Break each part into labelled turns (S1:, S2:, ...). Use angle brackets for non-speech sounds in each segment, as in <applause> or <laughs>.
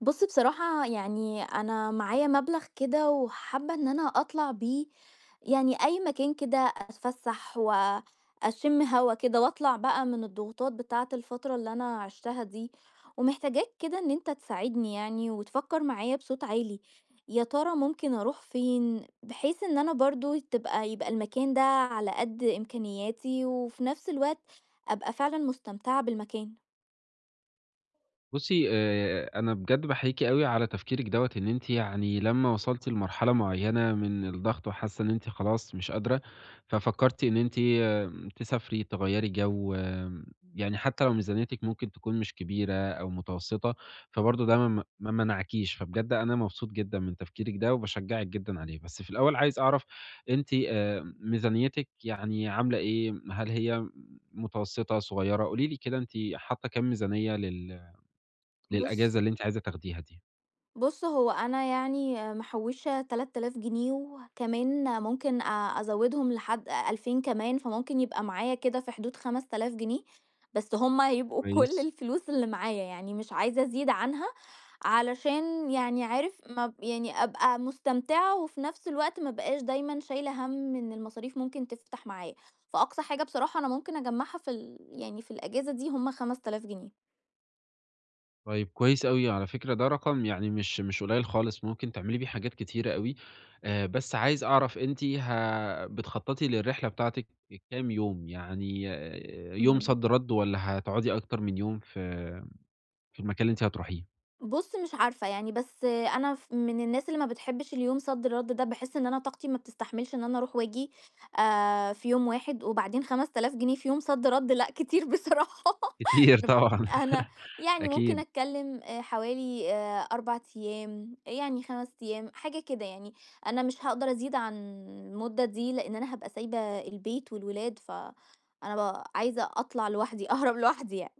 S1: بُص بصراحة يعني أنا معايا مبلغ كده وحابة إن أنا أطلع بيه يعني أي مكان كده أتفسح وأشم هوا كده وأطلع بقى من الضغوطات بتاعة الفترة اللي أنا عِشتها دي، ومحتاجاك كده إن أنت تساعدني يعني وتفكر معايا بصوت عالي، يا ترى ممكن أروح فين؟ بحيث إن أنا برضه يبقى المكان ده على قد إمكانياتي وفي نفس الوقت أبقى فعلًا مستمتعة بالمكان.
S2: بُصّي، أنا بجد باحييكِ أوي على تفكيرِك دوّة، إن أنتِ يعني لمّا وصلتِ لمرحلة معيّنة من الضغط وحاسة إن أنتِ خلاص مش قادرة، ففكرتِ إن أنتِ تسافري، تغيّري جو، يعني حتى لو ميزانيتِك ممكن تكون مش كبيرة أو متوسطة، فبرضه ده ما منعكيش، فبجد أنا مبسوط جدًا من تفكيرِك ده وباشجعِك جدًا عليه. بس في الأول عايز أعرف أنتِ ميزانيتِك يعني عاملة إيه؟ هل هي متوسطة، صغيرة؟ قولي لي كده أنتِ حاطة كام ميزانية للأجازة
S1: بُص
S2: اللي أنتِ عايزة تاخديها دي.
S1: بُص، هو أنا يعني محوّشة 3000 جنيه، وكمان ممكن أزوّدهم لحد 2000 كمان، فممكن يبقى معايا كده في حدود 5000 جنيه، بس هُم هيبقوا <laughs> كل
S2: كويس.
S1: الفلوس اللي معايا، يعني مش عايزة أزيد عنها علشان يعني عارف ما ب يعني أبقى مستمتعة، وفي نفس الوقت ما ابقاش دايمًا شايلة هَم إن المصاريف ممكن تفتح معايا، فأقصى حاجة بصراحة أنا ممكن أجمّعها في ال يعني في الأجازة دي هُم 5000 جنيه.
S2: طيب كويس أوي، على فكرة ده رقم يعني مش قليل خالص، ممكن تعملي بيه حاجات كتيرة أوي. بس عايز أعرف أنتِ بتخططي للرحلة بتاعتِك كام يوم؟ يعني يوم
S1: إمم.
S2: صد رد والّا هتقعدي أكتر من يوم في المكان اللي أنتِ هتروحيه؟
S1: بُص مش عارفة يعني، بس أنا من الناس اللي ما بتحبش اليوم صد رد ده، باحس إن أنا طاقتي ما بتستحملش إن أنا أروح وآجي في يوم واحد، وبعدين 5000 جنيه في يوم صد رد لأ كتير بصراحة <laughs>
S2: كتير
S1: أنا ب
S2: طبعًا.
S1: أنا
S2: <laughs>
S1: يعني ممكن
S2: أكيد.
S1: أتكلم حوالي 4 أيام، يعني 5 أيام حاجة كده يعني، أنا مش هاقدر أزيد عن المدة دي، لإن أنا هابقى سايبة البيت والولاد، فأنا عايزة أطلع لوحدي، <laughs> أهرب لوحدي يعني.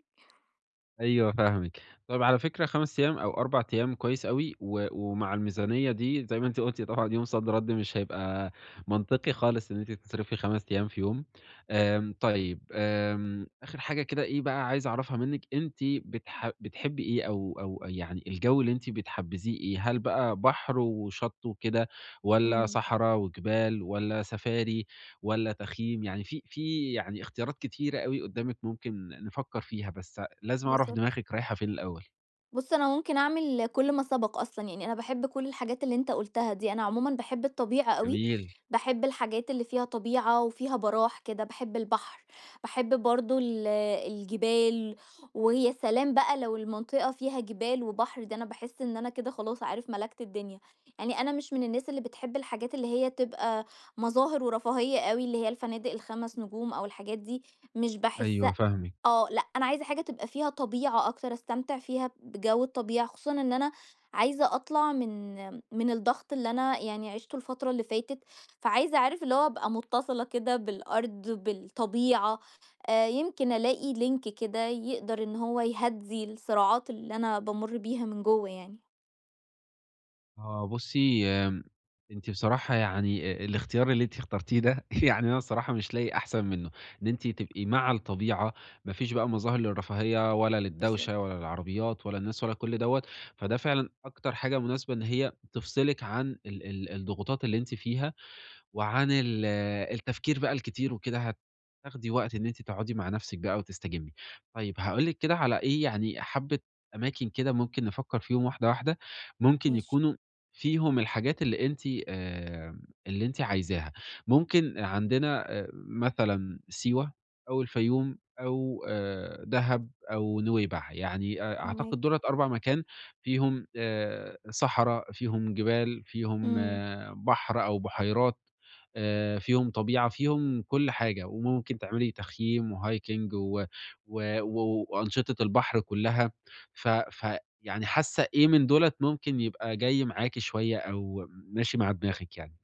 S2: أيوه فاهمِك. طيب على فكرة 5 أيام أو 4 أيام كويس أوي، ومع الميزانية دي زي ما أنتِ قُلتِ طبعًا يوم صد رد مش هيبقى منطقي خالص إن أنتِ تصرفي 5 أيام في يوم. طيب، آخر حاجة كده إيه بقى عايز أعرفها منِّك، أنتِ بتحبّي إيه أو يعني الجو اللي أنتِ بتحبذيه إيه؟ هل بقى بحر وشَط وكده والّا
S1: إمم،
S2: صحرا وجبال والّا سفاري؟ والّا تخييم؟ يعني في يعني اختيارات كتيرة أوي قدّامِك ممكن نفكّر فيها، بس لازم أعرف
S1: بالضبط.
S2: دماغِك رايحة فين الأول.
S1: بُص، أنا ممكن أعمل كل ما سبق أصلًا، يعني أنا باحب كل الحاجات اللي أنت قُلتها دي، أنا عمومًا باحب الطبيعة أوي،
S2: جميل.
S1: باحب الحاجات اللي فيها طبيعة وفيها براح كده، باحب البحر، باحب برضه الجبال، ويا سلام بقى لو المنطقة فيها جبال وبحر، ده أنا باحس إن أنا كده خلاص عارف ملكت الدنيا، يعني أنا مش من الناس اللي بتحب الحاجات اللي هي تبقى مظاهر ورفاهية أوي، اللي هي الفنادق ال5 نجوم أو الحاجات دي، مش
S2: أيوه
S1: باحسها
S2: فاهمِك.
S1: آه، لأ، أنا عايزة حاجة تبقى فيها طبيعة أكتر، أستمتع فيها بجو الطبيعة، خصوصًا إن أنا عايزة أطلع من الضغط اللي أنا يعني عِشته الفترة اللي فاتت، فعايزة عارف اللي هو أبقى متصلة كده بالأرض، بالطبيعة، يمكن ألاقي link كده يقدر إن هو يهدّي الصراعات اللي أنا بامُر بيها من جوّه يعني.
S2: آه بُصّي، أنتِ بصراحة يعني الاختيار اللي أنتِ اخترتيه ده <laughs> يعني أنا الصراحة مش لاقي أحسن منّه. إن أنتِ تبقي مع الطبيعة، ما فيش بقى مظاهر للرفاهية ولا للدوشة
S1: بالضبط،
S2: ولا العربيات ولا الناس ولا كل دوّة، فده فعلًا أكتر حاجة مناسبة إن هي تفصلِك عن ال ال الضغوطات اللي أنتِ فيها. وعن التفكير بقى الكتير وكده هتاخدي وقت إن أنتِ تقعدي مع نفسِك بقى وتستجمي. طيب هاقول لِك كده على إيه، يعني حبة أماكن كده ممكن نفكر فيهم واحدة واحدة، ممكن
S1: ماشي،
S2: يكونوا فيهم الحاجات اللي أنتِ آآ، اللي أنتِ عايزاها. ممكن عندنا مثلًا سيوة أو الفيوم أو دهب أو نويبع، يعني أعتقد
S1: فاهماك.
S2: دُولة 4 مكان فيهم صحرا، فيهم جبال، فيهم
S1: إمم،
S2: بحر أو بحيرات. فيهم طبيعة، فيهم كل حاجة، وممكن تعملي تخييم وhiking و وأنشطة البحر كلّها. فيعني حاسة إيه من دُولة ممكن يبقى جاي معاكِ شوية أو ماشي مع دماغِك يعني؟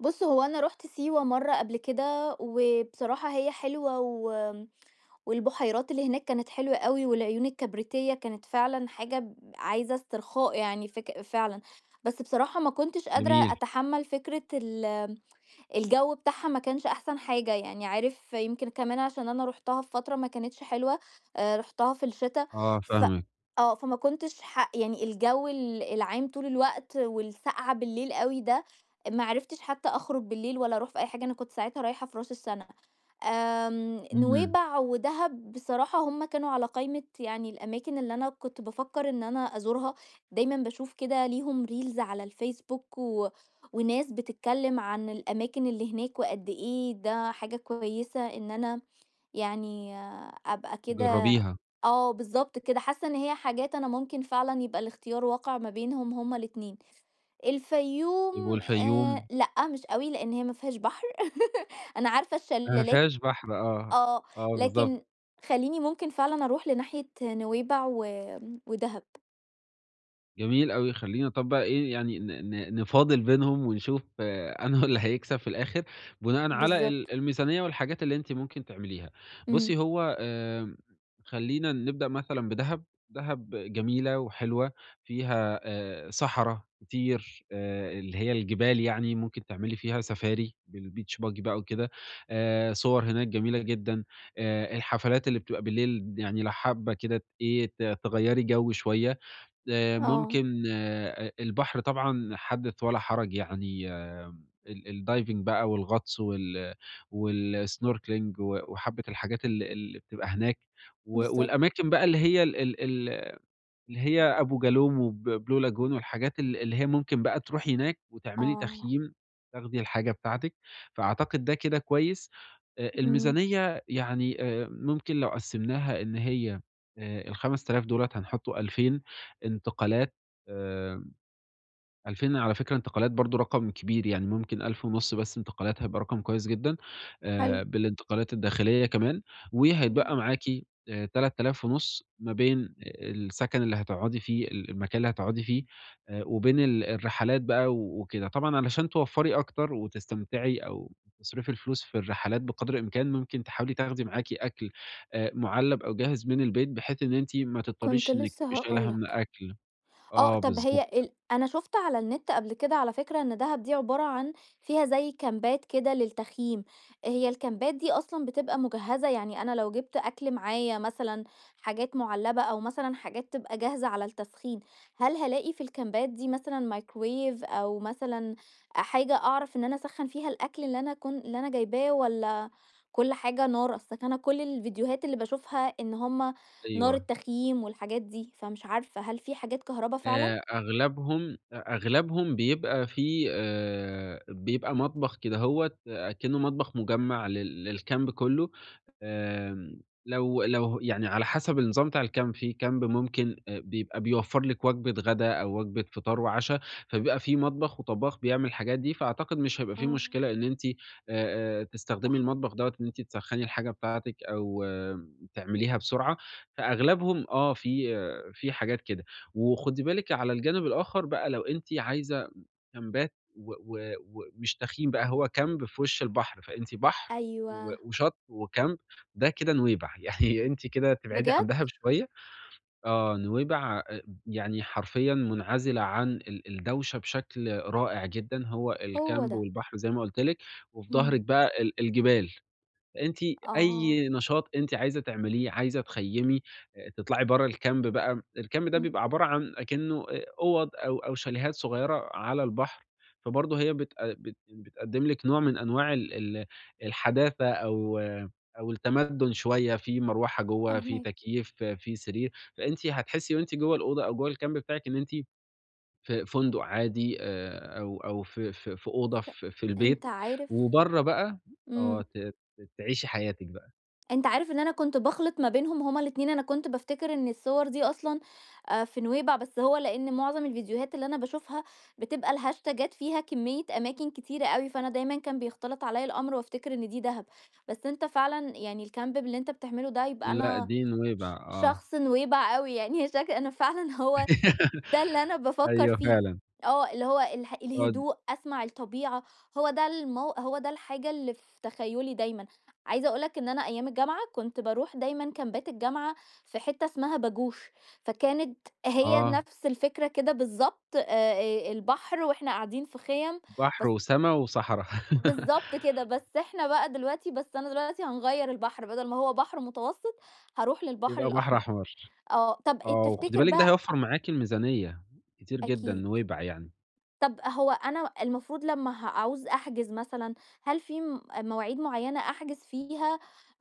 S1: بُص هو أنا رُحت سيوة مرّة قبل كده، وبصراحة هي حلوة والبحيرات اللي هناك كانت حلوة أوي، والعيون الكبريتية كانت فعلًا حاجة عايزة استرخاء يعني فك فعلًا. بس بصراحة ما كنتش قادرة
S2: جميل.
S1: أتحمّل فكرة الجو بتاعها ما كانش أحسن حاجة، يعني عارف يمكن كمان عشان أنا رُحتها في فترة ما كانتش حلوة، رُحتها في الشتا،
S2: آه
S1: ف
S2: فاهمِك.
S1: آه، فما كنتش يعني الجو العام طول الوقت والساقعة بالليل أوي ده، ما عرفتش حتى أخرج بالليل ولا أروح في أي حاجة، أنا كنت ساعتها رايحة في راس السَنة.
S2: إمم.
S1: نويبع ودهب بصراحة هُم كانوا على قايمة يعني الأماكن اللي أنا كنت بافكّر إن أنا أزورها، دايمًا باشوف كده ليهم reels على الفيسبوك وناس بتتكلّم عن الأماكن اللي هناك وقد إيه ده حاجة كويسة إن أنا يعني أبقى كده
S2: جرّبيها.
S1: آه، بالضبط كده، حاسّة إن هي حاجات أنا ممكن فعلًا يبقى الاختيار واقع ما بينهم هُم الاتنين. الفيوم
S2: طيب والفيوم،
S1: لأ، مش أوي لإن هي ما فيهاش بحر <laughs> أنا عارفة
S2: ما
S1: الشلالات
S2: فيهاش بحر. آه،
S1: آه،
S2: آه بالضبط.
S1: لكن خلّيني ممكن فعلًا أروح لناحية نويبع ودهب.
S2: جميل أوي، خلّينا طَب بقى إيه، يعني ن ن نفاضل بينهم ونشوف <laughs> آه، أنهُ اللي هيكسب في الآخر، بناءً على
S1: بالضبط.
S2: الميزانية والحاجات اللي أنتِ ممكن تعمليها.
S1: إمم.
S2: بُصّي هو خلّينا نبدأ مثلًا بدهب. دهب جميلة وحلوة، فيها صحرا كتير، اللي هي الجبال، يعني ممكن تعملي فيها سفاري بالbeach buggy بقى وكده. صور هناك جميلة جدًا. الحفلات اللي بتبقى بالليل، يعني لو حابة كده ت إيه ت تغيّري جو شوية.
S1: آه،
S2: ممكن، البحر طبعًا حدث ولا حرج، يعني الdiving بقى والغطس والsnorkeling وحبّة الحاجات اللي بتبقى هناك.
S1: بالضبط.
S2: والأماكن بقى اللي هي ال ال ال اللي هي أبو جالوم وب blue lagoon والحاجات اللي هي ممكن بقى تروحي هناك وتعملي
S1: آه،
S2: تخييم، تاخدي الحاجة بتاعتِك. فأعتقد ده كده كويس.
S1: إمم،
S2: الميزانية يعني، ممكن لو قسّمناها إن هي ال5000 دُولة هنحطّوا 2000 انتقالات. آآ 2000 على فكرة انتقالات برضه رقم كبير، يعني ممكن 1500 بس انتقالات هيبقى رقم كويس جدًا،
S1: حلو.
S2: بالانتقالات الداخلية كمان. وهيتبقى
S1: إمم،
S2: معاكِ 3500 ما بين السكن اللي هتقعدي فيه، المكان اللي هتقعدي فيه، وبين الرحلات بقى وكده. طبعًا علشان توفّري أكتر وتستمتعي أو تصرفي الفلوس في الرحلات بقدر الإمكان، ممكن تحاولي تاخدي معاكِ أكل مُعلّب أو جاهز من البيت، بحيث إن أنتِ ما
S1: كنت
S2: تضطريش إنِّك
S1: لسه
S2: تبقي شايلة
S1: هاقول
S2: هَم
S1: لك.
S2: أكل.
S1: آه،
S2: آه
S1: طب هي
S2: بالضبط.
S1: ال أنا شُفت على النت قبل كده على فكرة إن دهب دي عبارة عن فيها زي كامبات كده للتخييم، هي الكامبات دي أصلًا بتبقى مجهزة، يعني أنا لو جِبت أكل معايا مثلًا حاجات مُعلبة أو مثلًا حاجات تبقى جاهزة على التسخين، هل هالاقي في الكامبات دي مثلًا microwave أو مثلًا حاجة أعرف إن أنا أسخّن فيها الأكل اللي أنا جايباه والّا كل حاجة نار؟ أصلًا أنا كل الفيديوهات اللي باشوفها إن هُم نار
S2: أيوه.
S1: التخييم والحاجات دي، فمش عارفة هل في حاجات كهربا فعلًا؟
S2: أغلبهم بيبقى فيه بيبقى مطبخ كدهوّة، أكنه مطبخ مجمّع للكامب كلّه. لو يعني على حسب النظام بتاع الكامب، في كامب ممكن بيبقى بيوفّر لِك وجبة غدا أو وجبة فطار وعشا، فبيبقى في مطبخ وطبّاخ بيعمل الحاجات دي، فأعتقد مش هيبقى في
S1: آه،
S2: مشكلة إن أنتِ تستخدمي
S1: صح،
S2: المطبخ دوّة، إن أنتِ تسخّني الحاجة بتاعتِك أو تعمليها بسرعة. فأغلبهم في في حاجات كده. وخدي بالِك على الجانب الآخر بقى، لو أنتِ عايزة كامبات و و ومش تخييم بقى، هو كامب في وش البحر، فأنتِ بحر
S1: أيوه،
S2: وشط وكامب. ده كده نويبع. <laughs> يعني أنتِ كده تبعدي عن
S1: بجد؟
S2: دهب شوية. آه، نويبع يعني حرفيًا منعزلة عن الدوشة بشكل رائع جدًا. هو
S1: هو
S2: الكامب
S1: ده،
S2: والبحر زي ما قُلت لِك، وفي ضهرِك
S1: إمم.
S2: بقى الجبال. أنتِ
S1: آه،
S2: أي نشاط أنتِ عايزة تعمليه، عايزة تخيّمي، تطلعي برّه الكامب بقى. الكامب ده
S1: إمم،
S2: بيبقى عبارة عن أكنه أوَض أو شاليهات صغيرة على البحر، فبرضه هي بت آه، بت بتقدّم لِك نوع من أنواع ال ال الحداثة، أو أو التمدّن شوية. في مروحة جوّه، في
S1: فاهماكِ.
S2: تكييف، في سرير. فأنتِ هتحسّي وأنتِ جوّه الأوضة أو جوّه الكامب بتاعِك إن أنتِ في فندق عادي أو في في أوضة
S1: ت
S2: في البيت.
S1: أنت عارف
S2: وبرّه بقى آه،
S1: إمم.
S2: ت ت تعيشي حياتِك بقى.
S1: أنت عارف إن أنا كنت باخلط ما بينهم هما الاتنين، أنا كنت بافتكر إن الصور دي أصلًا في نويبع، بس هو لإن معظم الفيديوهات اللي أنا باشوفها بتبقى الهاشتاجات فيها كمية أماكن كتيرة أوي، فأنا دايمًا كان بيختلط عليّا الأمر وأفتكر إن دي دهب، بس أنت فعلًا يعني الcamp اللي أنت بتعمله ده يبقى
S2: لأ،
S1: أنا
S2: دي نويبع. آه.
S1: شخص نويبع أوي يعني <laughs> شك أنا فعلًا <laughs> هو
S2: <laughs>
S1: ده اللي أنا بافكر
S2: أيوه
S1: فيه،
S2: فعلًا.
S1: آه اللي هو
S2: آه،
S1: الهدوء، أسمع الطبيعة، هو ده الحاجة اللي في تخيلي دايمًا. عايزة أقول لك إن أنا أيام الجامعة كنت باروح دايمًا كامبات الجامعة في حتّة اسمها باجوش، فكانت هي
S2: آه،
S1: نفس الفكرة كده بالضبط البحر وإحنا قاعدين في خيم
S2: بحر
S1: بس
S2: وسما وصحرا. <laughs>
S1: بالضبط كده، بس أنا دلوقتي هنغيّر البحر بدل ما هو بحر متوسط هاروح للبحر
S2: يبقى بحر
S1: الأحمر.
S2: أحمر.
S1: آه، طَب
S2: آه، وخدي
S1: تفتكر
S2: بالِك ده
S1: بقى
S2: هيوفّر معاكِ الميزانية كتير جدًا
S1: أكيد
S2: نويبع يعني.
S1: طب هو أنا المفروض لمّا هاعوز أحجز مثلًا، هل في مواعيد معيّنة أحجز فيها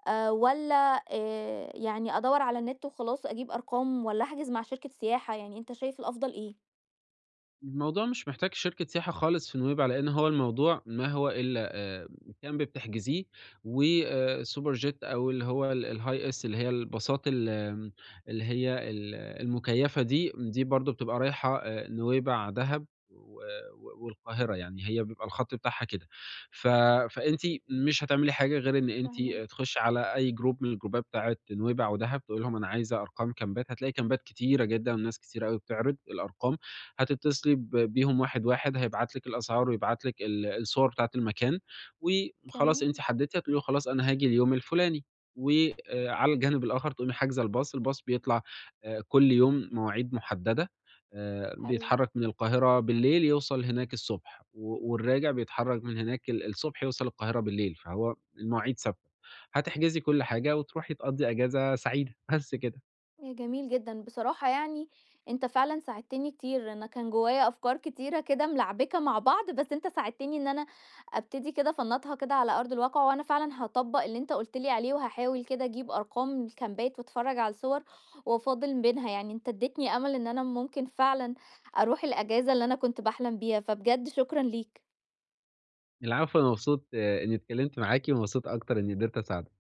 S1: والّا يعني أدوّر على النت وخلاص أجيب أرقام والّا أحجز مع شركة سياحة، يعني أنت شايف الأفضل إيه؟
S2: الموضوع مش محتاج شركة سياحة خالص في نويبع، لإن هو الموضوع ما هو إلا كامب بتحجزيه، وسوبر جيت أو اللي هو الHiAce، اللي هي الباصات اللي هي المكيفة دي. دي برضه بتبقى رايحة نويبع، دهب و و والقاهرة، يعني هي بيبقى الخط بتاعها كده. ف فأنتِ مش هتعملي حاجة غير إن أنتِ
S1: فاهماك،
S2: تخشي على أي جروب من الجروبات بتاعة نويبع ودهب، تقولي لهم أنا عايزة أرقام كامبات، هتلاقي كامبات كتيرة جدًا وناس كتيرة أوي بتعرض الأرقام. هتتصلي بيهم واحد، واحد، هيبعت لِك الأسعار ويبعت لِك الصور بتاعة المكان، وخلاص أنتِ
S1: كمان!
S2: حددتِ، هتقولي له خلاص أنا هاجي اليوم الفلاني. وعلى الجانب الآخر تقومي حاجزة الباص. الباص بيطلع كل يوم مواعيد محددة،
S1: حلو،
S2: بيتحرك من القاهرة بالليل يوصل هناك الصبح،
S1: إمم.
S2: والراجع بيتحرك من هناك الصبح يوصل القاهرة بالليل، فهو المواعيد ثابتة. هتحجزي كل حاجة وتروحي تقضّي أجازة سعيدة، بس كده.
S1: يا جميل جدًا، بصراحة يعني أنت فعلًا ساعدتني كتير، أنا كان جوايا أفكار كتيرة كده ملعبكة مع بعض، بس أنت ساعدتني إن أنا أبتدي كده أفنّطها كده على أرض الواقع، وأنا فعلًا هاطبّق اللي أنت قُلت لي عليه، وهاحاول كده أجيب أرقام الكامبات وأتفرّج على الصور وأفاضل بينها، يعني أنت ادّيتني أمل إن أنا ممكن فعلًا أروح الأجازة اللي أنا كنت باحلم بيها، فبجد شكرًا ليك.
S2: العفو. أنا مبسوط إني اتكلمت معاكِ، ومبسوط أكتر إني قدرت أساعدِك.